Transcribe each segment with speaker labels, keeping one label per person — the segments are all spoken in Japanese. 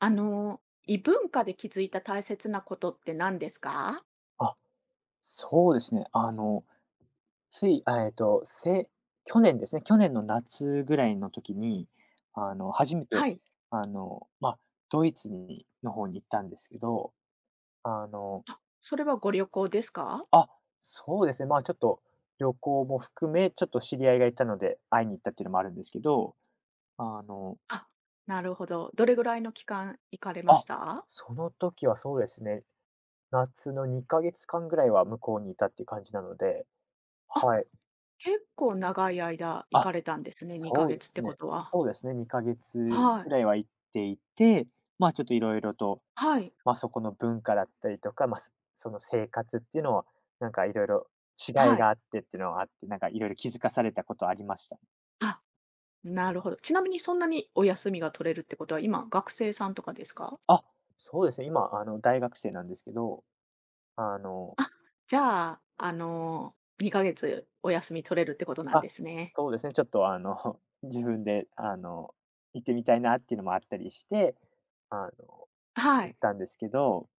Speaker 1: 異文化で気づいた大切なことって何ですか？
Speaker 2: あ、そうですね。つい、去年ですね、去年の夏ぐらいの時に、初め
Speaker 1: は
Speaker 2: て、
Speaker 1: い。
Speaker 2: あの、まあ、ドイツにの方に行ったんですけど、あの、
Speaker 1: あ、それはご旅行ですか？
Speaker 2: あ、そうですね、ちょっと旅行も含め、ちょっと知り合いがいたので、会いに行ったっていうのもあるんですけど、あの、
Speaker 1: あ、なるほど。どれぐらいの期間行かれまし
Speaker 2: あ、
Speaker 1: た？
Speaker 2: その時はそうですね、夏の2ヶ月間ぐらいは向こうにいたっていう感じなので、
Speaker 1: あ、
Speaker 2: はい。
Speaker 1: 結構長い間行
Speaker 2: あ、
Speaker 1: かれたんですね、2
Speaker 2: そう
Speaker 1: ヶ
Speaker 2: で
Speaker 1: 月
Speaker 2: す
Speaker 1: ってこ
Speaker 2: ね。
Speaker 1: とは。
Speaker 2: そうですね、2ヶ月
Speaker 1: はい。
Speaker 2: ぐらいは行っていて、ちょっといろいろと、
Speaker 1: はい。
Speaker 2: そこの文化だったりとか、その生活っていうのを、なんかいろいろ違い
Speaker 1: はい。
Speaker 2: があってっていうのがあって、なんかいろいろ気づかされたことありました。
Speaker 1: あ、なるほど。ちなみにそんなにお休みが取れるってことは、今学生さんとかですか？
Speaker 2: あ、そうですね、今、大学生なんですけど、あの
Speaker 1: あ、じゃあ、2ヶ月お休み取れるってことなん
Speaker 2: あ、
Speaker 1: ですね。
Speaker 2: そうですね、ちょっと、自分で、行ってみたいなっていうのもあったりして、あの、
Speaker 1: は
Speaker 2: 行っ
Speaker 1: い。
Speaker 2: たんですけど、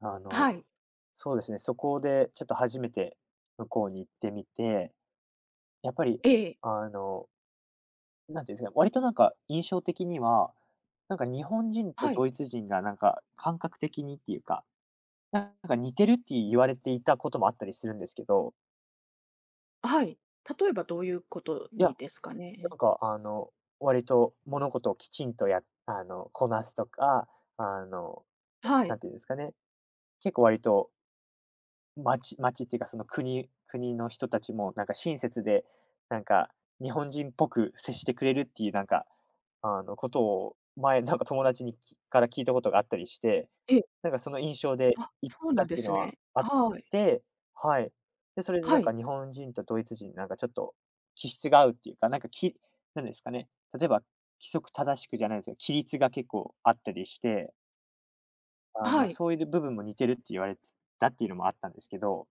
Speaker 2: あ
Speaker 1: は
Speaker 2: の
Speaker 1: い。
Speaker 2: そうですね、そこでちょっと初めて向こうに行ってみて、やっぱり、
Speaker 1: ええ。
Speaker 2: あの、なんていうんですか、割となんか印象的には、なんか日本人と
Speaker 1: はい。
Speaker 2: ドイツ人がなんか感覚的にっていうか、なんか似てるって言われていたこともあったりするんですけど、
Speaker 1: はい。例えばどういうこと
Speaker 2: い
Speaker 1: に
Speaker 2: や、
Speaker 1: ですかね？
Speaker 2: なんか割と物事をきちんとやあの、こなすとか、あの、
Speaker 1: は
Speaker 2: な
Speaker 1: い。
Speaker 2: んていうんですかね、結構割と町っていうか、その国の人たちも、なんか親切で、なんか日本人っぽく接してくれるっていう、なんか、ことを前、なんか友達にから聞いたことがあったりして、
Speaker 1: ええ。
Speaker 2: なんかその印象で
Speaker 1: あ、
Speaker 2: 行っ
Speaker 1: そうな
Speaker 2: た
Speaker 1: ん
Speaker 2: っ
Speaker 1: で
Speaker 2: ていう
Speaker 1: す
Speaker 2: のは
Speaker 1: ね。
Speaker 2: あっ
Speaker 1: はい。
Speaker 2: て、はい。で、それで
Speaker 1: は
Speaker 2: なんか
Speaker 1: い。
Speaker 2: 日本人とドイツ人、なんかちょっと気質が合うっていうか、なんかきなんですかね、例えば規則正しくじゃないですけど、規律が結構あったりして、
Speaker 1: はい。
Speaker 2: そういう部分も似てるって言われてたっていうのもあったんですけど、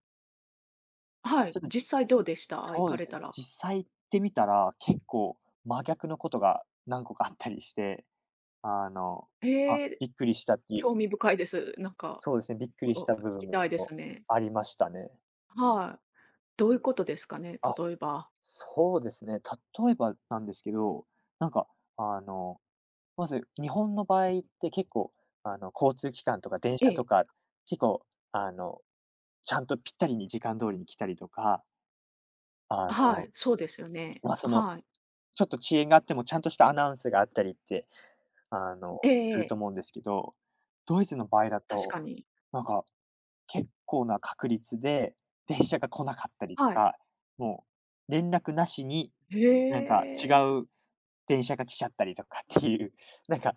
Speaker 1: は
Speaker 2: ち
Speaker 1: い。
Speaker 2: ょっと
Speaker 1: 実際どうでした？行
Speaker 2: そう
Speaker 1: か
Speaker 2: で
Speaker 1: れ
Speaker 2: すね。
Speaker 1: たら。
Speaker 2: 実際行ってみたら、結構真逆のことが何個かあったりして、あの、あ、
Speaker 1: へえ、
Speaker 2: びっくりしたっていう
Speaker 1: 興味深いです。なんか、
Speaker 2: そうですね、びっくり
Speaker 1: お
Speaker 2: し
Speaker 1: 聞
Speaker 2: た部分
Speaker 1: きたいです
Speaker 2: も
Speaker 1: ね。
Speaker 2: ありましたね。
Speaker 1: はい。どういうことですかね？
Speaker 2: あ、
Speaker 1: 例えば。
Speaker 2: そうですね。例えばなんですけど、なんか、あの、まず日本の場合って結構、交通機関とか電
Speaker 1: え
Speaker 2: 車と
Speaker 1: え。
Speaker 2: か、結構、あの、ちゃんとぴったりに時間通りに来たりとか、あ
Speaker 1: は
Speaker 2: の、
Speaker 1: い、そうですよね。
Speaker 2: その、
Speaker 1: はい。
Speaker 2: ちょっと遅延があってもちゃんとしたアナウンスがあったりってあの、
Speaker 1: ええ
Speaker 2: す
Speaker 1: え
Speaker 2: る
Speaker 1: え。
Speaker 2: と思うんですけど、ドイツの場合だ
Speaker 1: 確
Speaker 2: と、
Speaker 1: かに。
Speaker 2: なんか、結構な確率で電車が来なかったりと
Speaker 1: はい。
Speaker 2: か、もう連絡なしに、
Speaker 1: へ
Speaker 2: なんか違
Speaker 1: え。
Speaker 2: う電車が来ちゃったりとかっていう、なんか、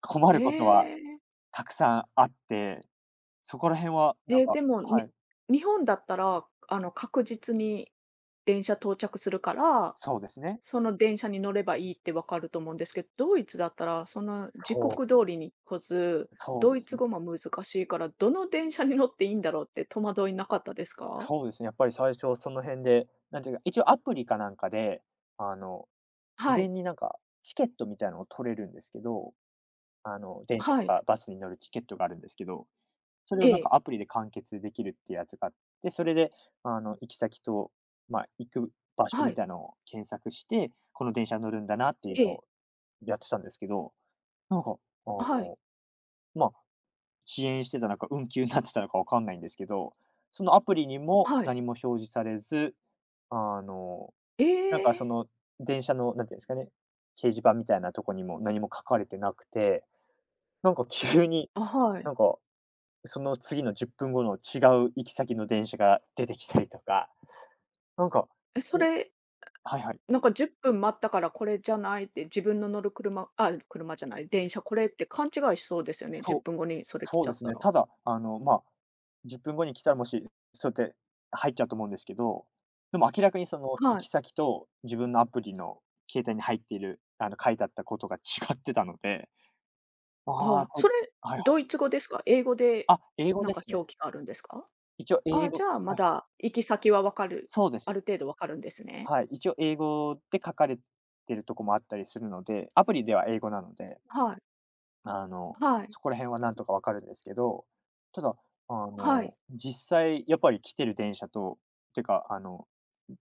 Speaker 2: 困ることは
Speaker 1: ええ。
Speaker 2: たくさんあって、そこら辺はなん
Speaker 1: え、
Speaker 2: か
Speaker 1: でも、
Speaker 2: はい、
Speaker 1: 日本だったら、確実に電車到着するから、
Speaker 2: そうですね。
Speaker 1: その電車に乗ればいいってわかると思うんですけど、ドイツだったら、その時
Speaker 2: そう、
Speaker 1: 刻通りに来ず、
Speaker 2: そう
Speaker 1: ド
Speaker 2: で
Speaker 1: イ
Speaker 2: す
Speaker 1: ツ
Speaker 2: ね。
Speaker 1: 語も難しいから、どの電車に乗っていいんだろうって戸惑いなかったですか？
Speaker 2: そうですね、やっぱり最初その辺で、なんていうか、一応アプリかなんかで、あの
Speaker 1: は
Speaker 2: 事前
Speaker 1: い、
Speaker 2: になんか、チケットみたいなのを取れるんですけど、電車
Speaker 1: は
Speaker 2: と
Speaker 1: い、
Speaker 2: かバスに乗るチケットがあるんですけど、それ
Speaker 1: え
Speaker 2: をなん
Speaker 1: え、
Speaker 2: かアプリで完結できるっていうやつがあって、それで、行き先と、行く場所
Speaker 1: は
Speaker 2: み
Speaker 1: い、
Speaker 2: たいなのを検索して、この電車乗るんだなってい
Speaker 1: え
Speaker 2: うの
Speaker 1: え、
Speaker 2: をやってたんですけど、なんか、あ
Speaker 1: はい、
Speaker 2: の、まあ、遅延してたのか、運休になってたのかわかんないんですけど、そのアプリにも
Speaker 1: はい。
Speaker 2: 何も表示されず、あの
Speaker 1: え
Speaker 2: なんかそ
Speaker 1: え、
Speaker 2: の、電車の、なんていうんですかね、掲示板みたいなとこにも何も書かれてなくて、なんか急に、
Speaker 1: あ、はい。
Speaker 2: なんか、その次の10分後の違う行き先の電車が出てきたりとか、なんか、
Speaker 1: え、そ
Speaker 2: ね
Speaker 1: れ
Speaker 2: はいはい、
Speaker 1: なんか10分待ったからこれじゃないって自分の乗る車あ、車じゃない、電車これって勘違いしそうですよね、10
Speaker 2: そう、
Speaker 1: 分後にそれ来
Speaker 2: そ
Speaker 1: ち
Speaker 2: う
Speaker 1: ゃ
Speaker 2: で
Speaker 1: っ
Speaker 2: す
Speaker 1: た
Speaker 2: ね。
Speaker 1: ら。
Speaker 2: ただ、10分後に来たらもし、そうやって入っちゃうと思うんですけど、でも明らかにその行
Speaker 1: はい。
Speaker 2: き先と自分のアプリの携帯に入っている、書いてあったことが違ってたので、
Speaker 1: あ
Speaker 2: ああ、
Speaker 1: あ、
Speaker 2: こ
Speaker 1: それ
Speaker 2: はいはい。
Speaker 1: ドイツ語ですか？英語で
Speaker 2: あ、英語
Speaker 1: なん
Speaker 2: で
Speaker 1: か
Speaker 2: すね。
Speaker 1: 表記があるんですか？
Speaker 2: 一応
Speaker 1: あ
Speaker 2: 英
Speaker 1: あ、じ
Speaker 2: 語
Speaker 1: ゃあま
Speaker 2: はい、
Speaker 1: だ行き先はわかる、
Speaker 2: そうで
Speaker 1: あ
Speaker 2: す。
Speaker 1: る程度わかるんですね。
Speaker 2: はい、一応英語で書かれてるとこもあったりするので、アプリでは英語なので、
Speaker 1: はい、
Speaker 2: あの、
Speaker 1: はい、
Speaker 2: そこら辺はなんとかわかるんですけど、ただ、
Speaker 1: はい。
Speaker 2: 実際やっぱり来てる電車と、てか、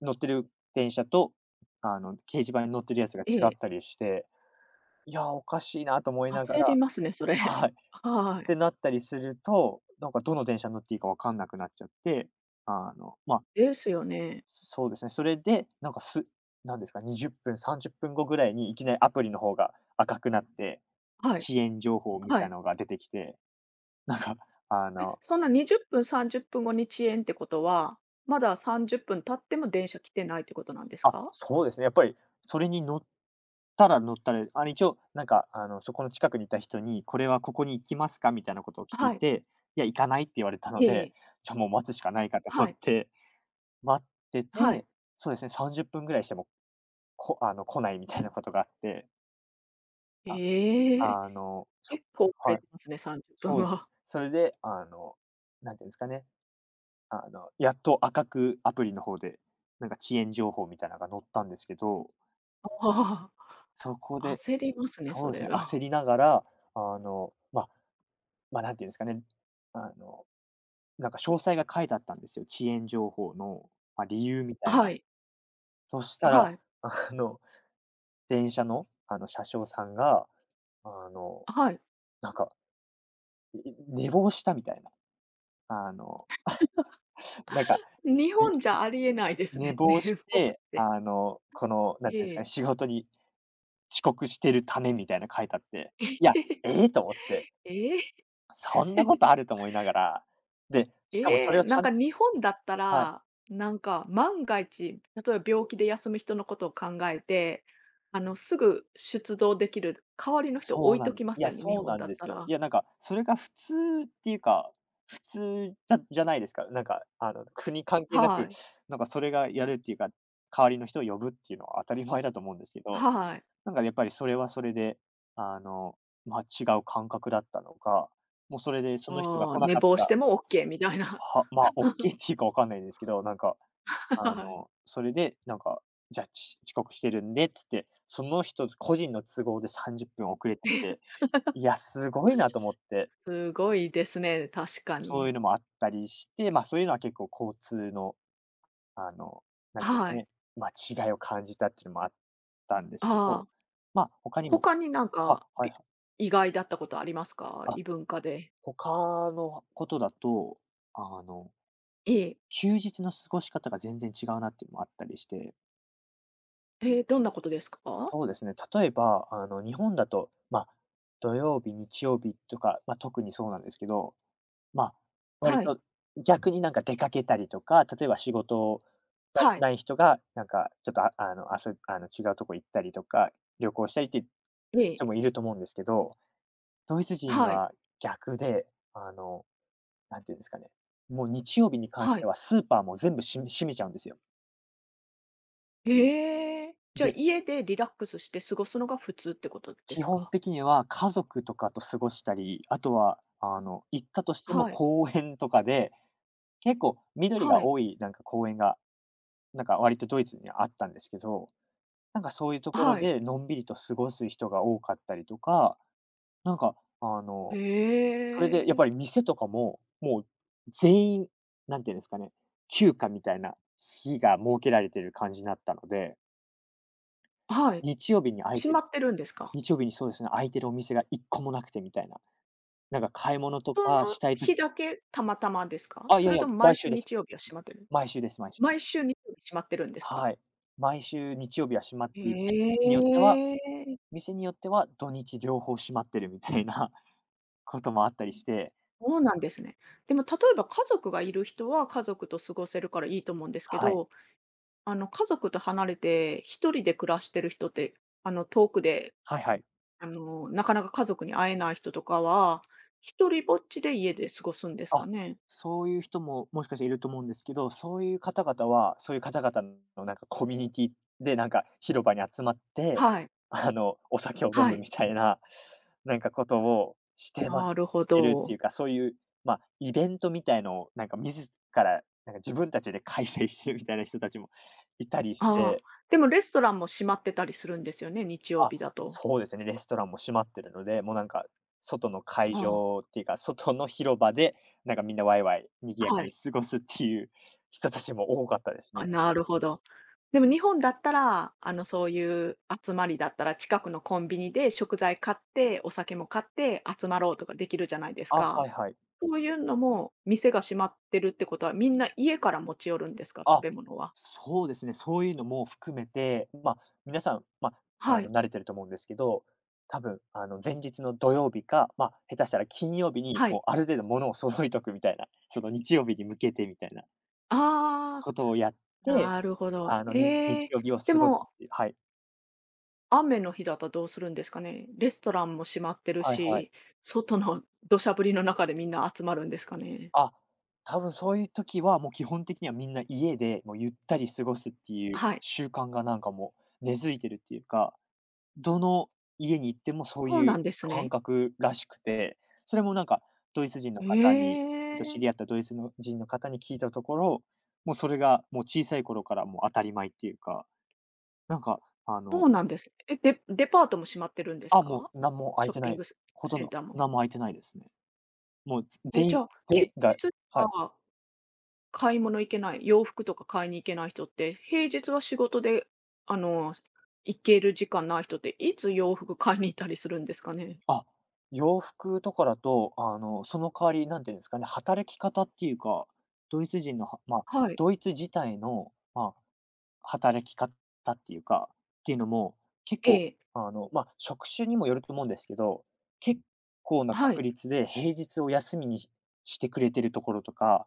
Speaker 2: 乗ってる電車と、掲示板に乗ってるやつが
Speaker 1: え
Speaker 2: 違
Speaker 1: え。
Speaker 2: ったりして、いやー、おかしいなと思いなが
Speaker 1: 焦り
Speaker 2: ら
Speaker 1: ますね、それ。
Speaker 2: は い。っ
Speaker 1: はい。
Speaker 2: てなったりすると、なんかどの電車に乗っていいかわかんなくなっちゃって、あの、まあ、
Speaker 1: ですよね。
Speaker 2: そうですね。それで、なんかすなんですか、20分、30分後ぐらいにいきなりアプリの方が赤くなって、
Speaker 1: はい、
Speaker 2: 遅延情報み
Speaker 1: は
Speaker 2: た
Speaker 1: い。
Speaker 2: いなのが出てきて、なんか、あの
Speaker 1: その20分、30分後に遅延ってことは、まだ30分経っても電車来てないってことなんです
Speaker 2: あ、
Speaker 1: か？
Speaker 2: そうですね、やっぱりそれに乗ったら一応なんか、そこの近くにいた人に「これはここに行きますか？」みたいなことを聞い
Speaker 1: はい。
Speaker 2: て、「いや、行かない」って言われたので、
Speaker 1: ええ、
Speaker 2: じゃ、もう待つしかないかと思
Speaker 1: は
Speaker 2: っ
Speaker 1: い。
Speaker 2: て、待って
Speaker 1: はい。
Speaker 2: て、そうですね、30分ぐらいしても、こあの、来ないみたいなことがあって。
Speaker 1: ええ、
Speaker 2: あの、そ
Speaker 1: 結構遅れ
Speaker 2: はい、
Speaker 1: てますね、30分
Speaker 2: そうですね。
Speaker 1: は。
Speaker 2: それで、なんていうんですかね、やっと赤くアプリの方で、なんか遅延情報みたいなのが載ったんですけど、
Speaker 1: あ
Speaker 2: そこ
Speaker 1: あ、
Speaker 2: で
Speaker 1: 焦りますね、そ
Speaker 2: そうです
Speaker 1: れ
Speaker 2: ね、
Speaker 1: は。
Speaker 2: 焦りながら、あの、まあなんていうんですかね、あの、なんか詳細が書いてあったんですよ。遅延情報の、理由みたい
Speaker 1: は
Speaker 2: な。
Speaker 1: い。
Speaker 2: そした
Speaker 1: は
Speaker 2: ら、
Speaker 1: い。
Speaker 2: あの、電車の、車掌さんが、あの、
Speaker 1: はい。
Speaker 2: なんか、い寝坊したみたいな、あの、なんか、
Speaker 1: 日本じゃありえないです
Speaker 2: 寝
Speaker 1: ね、寝
Speaker 2: 坊し
Speaker 1: 坊っ
Speaker 2: て、
Speaker 1: て。
Speaker 2: この、なん
Speaker 1: え
Speaker 2: ていうんですかね、
Speaker 1: え。
Speaker 2: 仕事に遅刻してるためみたいな書いてあって、いや、ええと思って、
Speaker 1: ええ。え
Speaker 2: そんなこと
Speaker 1: え。
Speaker 2: あると思いながら、で、しかもそ
Speaker 1: え
Speaker 2: れ
Speaker 1: え、
Speaker 2: を
Speaker 1: な
Speaker 2: ち
Speaker 1: ん
Speaker 2: ゃん
Speaker 1: か日本だった
Speaker 2: はい、
Speaker 1: ら、なんか万が一、例えば病気で休む人のことを考えて、すぐ出動できる代わりの人を
Speaker 2: そ
Speaker 1: 置
Speaker 2: う
Speaker 1: い
Speaker 2: な
Speaker 1: と
Speaker 2: ん
Speaker 1: きますよね、日
Speaker 2: そう
Speaker 1: 本
Speaker 2: なん
Speaker 1: だっ
Speaker 2: で
Speaker 1: た
Speaker 2: すよ。
Speaker 1: ら。
Speaker 2: いや、なんか、それが普通っていうか、普通じゃないですか。なんか、国関係な
Speaker 1: は
Speaker 2: く、
Speaker 1: い。
Speaker 2: なんかそれがやるっていうか、代わりの人を呼ぶっていうのは当たり前だと思うんですけど
Speaker 1: はい。
Speaker 2: なんかやっぱりそれはそれで、あの、違う感覚だったのか、もうそれでその人が
Speaker 1: ああ、
Speaker 2: 来な
Speaker 1: 寝
Speaker 2: かっ
Speaker 1: 坊
Speaker 2: た
Speaker 1: し
Speaker 2: ら、
Speaker 1: てもオッケーみたいな。
Speaker 2: まあ、OK ーっていうかわかんないんですけど、なんか、
Speaker 1: はい。
Speaker 2: それでなんか、じゃあ、遅刻してるんでっつって、その人個人の都合で30分遅れてて、いや、すごいなと思って、
Speaker 1: すごいですね、確か
Speaker 2: そういう
Speaker 1: に。
Speaker 2: のもあったりして、まあ、そういうのは結構交通の、あの、なんていうんですか
Speaker 1: はい。
Speaker 2: ね、まあ、違いを感じたっていうのもあったんですけ
Speaker 1: あ
Speaker 2: ど、
Speaker 1: あ、
Speaker 2: まあ、他にも
Speaker 1: 他になん
Speaker 2: あ、
Speaker 1: か、
Speaker 2: はいはい。
Speaker 1: 意外だったことありますか？
Speaker 2: あ、
Speaker 1: 異文化で。
Speaker 2: 他のことだと、あの、
Speaker 1: ええ。
Speaker 2: 休日の過ごし方が全然違うなっていうのもあったりして、
Speaker 1: ええ、どんなことですか？
Speaker 2: そうですね。例えば、日本だと、まあ、土曜日、日曜日とか、まあ、特にそうなんですけど、まあ、割
Speaker 1: はい。
Speaker 2: と逆になんか出かけたりとか、例えば仕事が
Speaker 1: はい。
Speaker 2: ない人が、なんかちょっと、違うとこ行ったりとか、旅行したりっていう
Speaker 1: ええ。
Speaker 2: 人もいると思うんですけど、ドイツ人
Speaker 1: はい。
Speaker 2: は逆で、あのなんていうんですかね、もう日曜日に関し
Speaker 1: は
Speaker 2: て
Speaker 1: い。
Speaker 2: はスーパーも全部閉めちゃうんですよ。
Speaker 1: へえ。じゃ、
Speaker 2: で、
Speaker 1: 家でリラックスして過ごすのが普通ってことで
Speaker 2: 基
Speaker 1: す
Speaker 2: 本
Speaker 1: か？
Speaker 2: 的には家族とかと過ごしたり、あとは、行ったとしても
Speaker 1: はい。
Speaker 2: 公園とかで、結構緑
Speaker 1: は
Speaker 2: が
Speaker 1: い。
Speaker 2: 多いなんか公園が、なんか割とドイツにはあったんですけど、なんかそういうところ
Speaker 1: はい。
Speaker 2: でのんびりと過ごす人が多かったりとか、なんか、あ
Speaker 1: へ
Speaker 2: の、それでやっ
Speaker 1: え。
Speaker 2: ぱり店とかも、もう全員、なんていうんですかね、休暇みたいな日が設けられてる感じになったので、
Speaker 1: はい。
Speaker 2: 日曜日に空い
Speaker 1: 閉
Speaker 2: て
Speaker 1: まってるんですか？
Speaker 2: 日曜日に、そうですね、空いてるお店が一個もなくてみたいな。なんか買い物と
Speaker 1: そ
Speaker 2: か
Speaker 1: の
Speaker 2: したいとき、
Speaker 1: 日だけたまたまですか？
Speaker 2: あ、い
Speaker 1: そ
Speaker 2: やい
Speaker 1: れ
Speaker 2: や、
Speaker 1: とも
Speaker 2: 毎週です。毎週です、毎週で
Speaker 1: 毎
Speaker 2: す。
Speaker 1: 週日曜日閉まってるんですか？
Speaker 2: はい。毎週日曜日は閉まっていて、
Speaker 1: へ
Speaker 2: によっては
Speaker 1: え。
Speaker 2: 店によっては土日両方閉まってるみたいなこともあったりして、
Speaker 1: そうなんですね。でも例えば家族がいる人は家族と過ごせるからいいと思うんですけ
Speaker 2: はい。
Speaker 1: ど、家族と離れて一人で暮らしてる人って、遠くで
Speaker 2: はいはい。
Speaker 1: なかなか家族に会えない人とかは、一人ぼっちで家で過ごすんですか
Speaker 2: あ、
Speaker 1: ね？
Speaker 2: そういう人も、もしかしていると思うんですけど、そういう方々は、そういう方々のなんかコミュニティで、なんか広場に集まって、
Speaker 1: はい。
Speaker 2: お酒を飲
Speaker 1: は
Speaker 2: む
Speaker 1: い。
Speaker 2: みたいな、なんかことをしてま
Speaker 1: な
Speaker 2: す
Speaker 1: るほ
Speaker 2: してるって
Speaker 1: ど。
Speaker 2: いうか、そういう、まあ、イベントみたいのをなんか自分たちで開催してるみたいな人たちもいたりし
Speaker 1: ああ、
Speaker 2: て、
Speaker 1: でもレストランも閉まってたりするんですよね、日曜
Speaker 2: あ、
Speaker 1: 日だと。
Speaker 2: そうですね。レストランも閉まってるので、もうなんか、外の会
Speaker 1: あ
Speaker 2: 場っていうか、外の広場で、なんかみんなワイワイ賑や
Speaker 1: あ、
Speaker 2: か
Speaker 1: は
Speaker 2: に
Speaker 1: い。
Speaker 2: 過ごすっていう人たちも多かったです
Speaker 1: あ、
Speaker 2: ね。
Speaker 1: なるほど。でも日本だったら、そういう集まりだったら、近くのコンビニで食材買って、お酒も買って集まろうとかできるじゃないです
Speaker 2: あ、は
Speaker 1: か。
Speaker 2: いはい。
Speaker 1: そういうのも、店が閉まってるってことは、みんな家から持ち寄るんですか？食
Speaker 2: あ、
Speaker 1: べ物は。
Speaker 2: そうですね。そういうのも含めて、まあ、皆さん、まあ、
Speaker 1: はい。
Speaker 2: 慣れてると思うんですけど、多分、前日の土曜日か、まあ、下手したら金曜日に、
Speaker 1: はい。
Speaker 2: もうある程度物を揃えとくみたいな、その日曜日に向けてみたいな
Speaker 1: ああ、
Speaker 2: ことをやって、
Speaker 1: なるほど。え
Speaker 2: 日
Speaker 1: え、
Speaker 2: 曜日を
Speaker 1: で
Speaker 2: 過ごすっ
Speaker 1: も、
Speaker 2: ていう、はい。
Speaker 1: 雨の日だったらどうするんですかね？レストランも閉まってる
Speaker 2: はいはい。
Speaker 1: し、外の土砂降りの中でみんな集まるんですかね？
Speaker 2: あ、多分そういう時は、もう基本的にはみんな家で、もうゆったり過ごすっていう
Speaker 1: はい、
Speaker 2: 習慣がなんかもう根付いてるっていうか、どの家に行ってもそう
Speaker 1: そう
Speaker 2: い
Speaker 1: な
Speaker 2: う
Speaker 1: んです
Speaker 2: 感
Speaker 1: ね。
Speaker 2: 覚らしくて、それもなんかドイツ人の
Speaker 1: え
Speaker 2: 方に、ちょっと知
Speaker 1: え、
Speaker 2: り合ったドイツの人の方に聞いたところ、もうそれがもう小さい頃からもう当たり前っていうか、なんかあ
Speaker 1: そ
Speaker 2: の、
Speaker 1: うなんです。え、デパートも閉まってるんです
Speaker 2: あ、も
Speaker 1: か？
Speaker 2: うなんも空
Speaker 1: シ
Speaker 2: い
Speaker 1: ョッ
Speaker 2: てな
Speaker 1: ピン
Speaker 2: い、
Speaker 1: グセ
Speaker 2: ほと
Speaker 1: セ
Speaker 2: ん
Speaker 1: ン
Speaker 2: ど
Speaker 1: ターも。
Speaker 2: なんも空いてないですね。もう
Speaker 1: え、
Speaker 2: 全
Speaker 1: じ
Speaker 2: 員、
Speaker 1: ゃあ、休
Speaker 2: ぜ
Speaker 1: 日
Speaker 2: が
Speaker 1: し
Speaker 2: はい。
Speaker 1: か買い物行けない、洋服とか買いに行けない人って、平日は仕事で、あの、行ける時間ない人って、いつ洋服買いに行ったりするんですかね？
Speaker 2: あ、洋服とかだと、その代わり、なんていうんですかね、働き方っていうか、ドイツ人のはまあ、
Speaker 1: はい。
Speaker 2: ドイツ自体の、まあ、働き方っていうか、っていうのも、結
Speaker 1: え
Speaker 2: 構、
Speaker 1: え。
Speaker 2: まあ、職種にもよると思うんですけど、結構な
Speaker 1: は
Speaker 2: 確
Speaker 1: い。
Speaker 2: 率で平日を休みにしてくれてるところとか、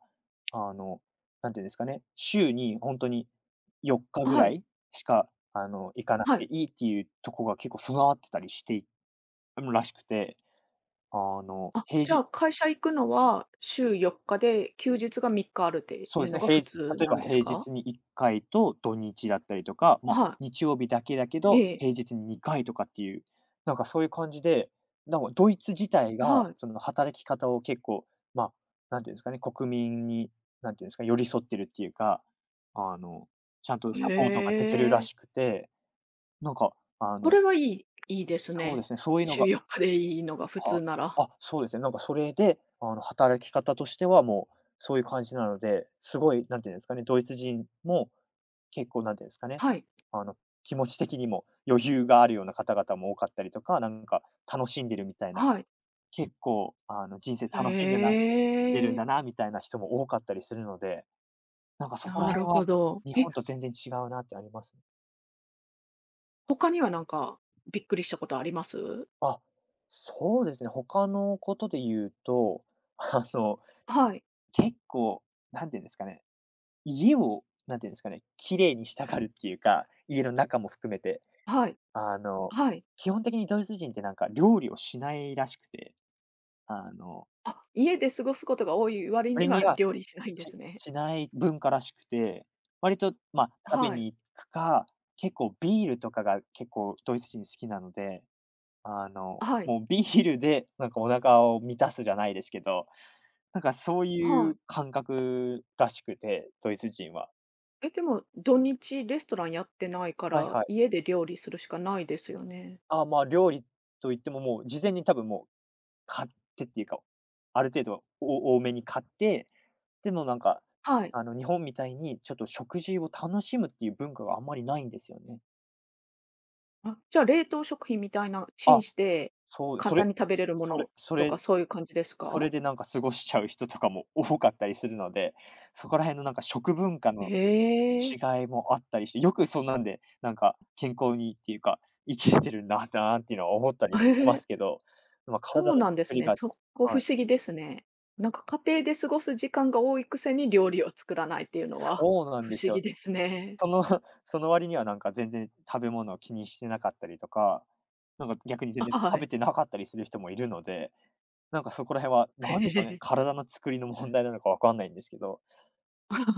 Speaker 2: あの、なんていうんですかね、週に本当に4日ぐ
Speaker 1: は
Speaker 2: ら
Speaker 1: い。
Speaker 2: いしか、行かなく
Speaker 1: はい。
Speaker 2: ていいっていうとこが結構備わってたりしているらしくて、
Speaker 1: あ、
Speaker 2: 平
Speaker 1: じゃ
Speaker 2: 日
Speaker 1: あ、会社行くのは週4日で、休日が3日あるって
Speaker 2: そう
Speaker 1: い
Speaker 2: で
Speaker 1: う
Speaker 2: す
Speaker 1: の
Speaker 2: ね、
Speaker 1: が
Speaker 2: 平
Speaker 1: 普
Speaker 2: 日
Speaker 1: 通
Speaker 2: 例え
Speaker 1: な
Speaker 2: ば
Speaker 1: んです
Speaker 2: 平
Speaker 1: か？
Speaker 2: 日に1回と土日だったりとか、まあ、
Speaker 1: はい。
Speaker 2: 日曜日だけだけ
Speaker 1: え
Speaker 2: ど、
Speaker 1: え。
Speaker 2: 平日に2回とかっていう、なんかそういう感じで、なんかドイツ自体が、
Speaker 1: はい。
Speaker 2: その働き方を結構、まあ、なんていうんですかね、国民に、なんていうんですか、寄り添ってるっていうか、あの、ちゃんとサ
Speaker 1: へ
Speaker 2: ポートが出てるら
Speaker 1: え。
Speaker 2: しくて、なんか、あ
Speaker 1: そ
Speaker 2: の
Speaker 1: れはいいいいです
Speaker 2: そうで
Speaker 1: ね。
Speaker 2: すね、そういうの
Speaker 1: 週
Speaker 2: が、
Speaker 1: 4日でいいのが普通
Speaker 2: は
Speaker 1: なら。
Speaker 2: あ、そうですね。なんかそれで、働き方としてはもう、そういう感じなので、すごい、なんていうんですかね、ドイツ人も結構なんていうんですかね、
Speaker 1: はい。
Speaker 2: あの、気持ち的にも余裕があるような方々も多かったりとか、なんか楽しんでるみたいな、
Speaker 1: はい。
Speaker 2: 結構、人生
Speaker 1: へ
Speaker 2: 楽しんでなでるん
Speaker 1: え。
Speaker 2: だなみたいな人も多かったりするので、なんかそこら
Speaker 1: なる
Speaker 2: 辺
Speaker 1: ほ
Speaker 2: は
Speaker 1: ど。
Speaker 2: 日
Speaker 1: え、
Speaker 2: 本と全然違うなってありますね。
Speaker 1: 他にはなんか、びっくりしたことあります？
Speaker 2: あ、そうですね。他のことで言うと、あの、
Speaker 1: はい、
Speaker 2: 結構、なんていうんですかね、家を、なんていうんですかね、綺麗にしたがるっていうか、家の中も含めて、
Speaker 1: はい、
Speaker 2: あの、
Speaker 1: はい。
Speaker 2: 基本的にドイツ人ってなんか料理をしないらしくて、あの、
Speaker 1: あ、家で過ごすことが多い割に
Speaker 2: 割
Speaker 1: は
Speaker 2: には、
Speaker 1: 料理しないんで
Speaker 2: し
Speaker 1: すね。
Speaker 2: しない文化らしくて、割と、まあ、食べ
Speaker 1: はい、
Speaker 2: に行くか、結構ビールとかが結構ドイツ人好きなので、
Speaker 1: はい。
Speaker 2: もうビールでなんかお腹を満たすじゃないですけど、なんかそう
Speaker 1: は
Speaker 2: いう
Speaker 1: い。
Speaker 2: 感覚らしくて、ドイツ人は。
Speaker 1: え、でも、土日レストランやってないか
Speaker 2: はい
Speaker 1: ら、
Speaker 2: はい。
Speaker 1: 家で料理するしかないですよね。
Speaker 2: あ、まあ、料理といっても、もう事前に多分もう買ってっていうか、ある程度お多めに買って、でもなんか、
Speaker 1: はい。
Speaker 2: 日本みたいにちょっと食事を楽しむっていう文化があんまりないんですよね。
Speaker 1: あ、じゃあ冷凍食品みたいな、チン
Speaker 2: あ、
Speaker 1: して、
Speaker 2: そう、
Speaker 1: 簡
Speaker 2: そ
Speaker 1: 単
Speaker 2: れ
Speaker 1: に食べれるも
Speaker 2: それ
Speaker 1: の
Speaker 2: そ
Speaker 1: とか
Speaker 2: れ
Speaker 1: そういう感じです
Speaker 2: そ
Speaker 1: か？
Speaker 2: れでなんか過ごしちゃう人とかも多かったりするので、そこら辺のなんか食文化の
Speaker 1: ええ。
Speaker 2: 違いもあったりして、よくそんなんで、なんか健康にっていうか、生きれてるんだなっていうのは思ったりもし
Speaker 1: え
Speaker 2: ま
Speaker 1: え、
Speaker 2: すけど、まあ、
Speaker 1: そ
Speaker 2: 体
Speaker 1: う
Speaker 2: の
Speaker 1: なんで
Speaker 2: 作
Speaker 1: す
Speaker 2: り
Speaker 1: ね。
Speaker 2: が、
Speaker 1: そこ不
Speaker 2: は
Speaker 1: 思
Speaker 2: い。
Speaker 1: 議ですね。なんか家庭で過ごす時間が多いくせに料理を作らないっていうのは
Speaker 2: そうなん
Speaker 1: 不
Speaker 2: です
Speaker 1: 思議
Speaker 2: よ。
Speaker 1: ですね。
Speaker 2: その その割にはなんか全然食べ物を気にしてなかったりとか、なんか逆に全 然
Speaker 1: は
Speaker 2: 食べ
Speaker 1: い。
Speaker 2: てなかったりする人もいるので、なんかそこら辺は
Speaker 1: え
Speaker 2: 何でしょうね、
Speaker 1: え
Speaker 2: 体の作りの問題なのかわかんないんですけど、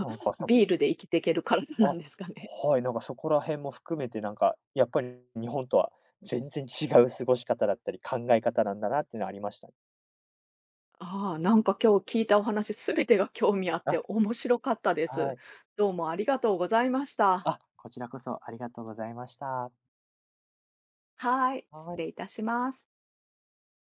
Speaker 2: なんか そ
Speaker 1: ビールで生きていける体な
Speaker 2: あ、
Speaker 1: んですかね。
Speaker 2: はい、なんかそこら辺も含めてなんか、やっぱり日本とは全然違う過ごし方だったり、考え方なんだなっていうのはありました。
Speaker 1: ああ、なんか今日聞いたお話すべてが興味あっ
Speaker 2: あ、
Speaker 1: て面白かったで
Speaker 2: は
Speaker 1: す。
Speaker 2: い。
Speaker 1: どうもありがとうございました。
Speaker 2: あ、こちらこそありがとうございました。
Speaker 1: はい、失
Speaker 2: はい。
Speaker 1: 礼いたします。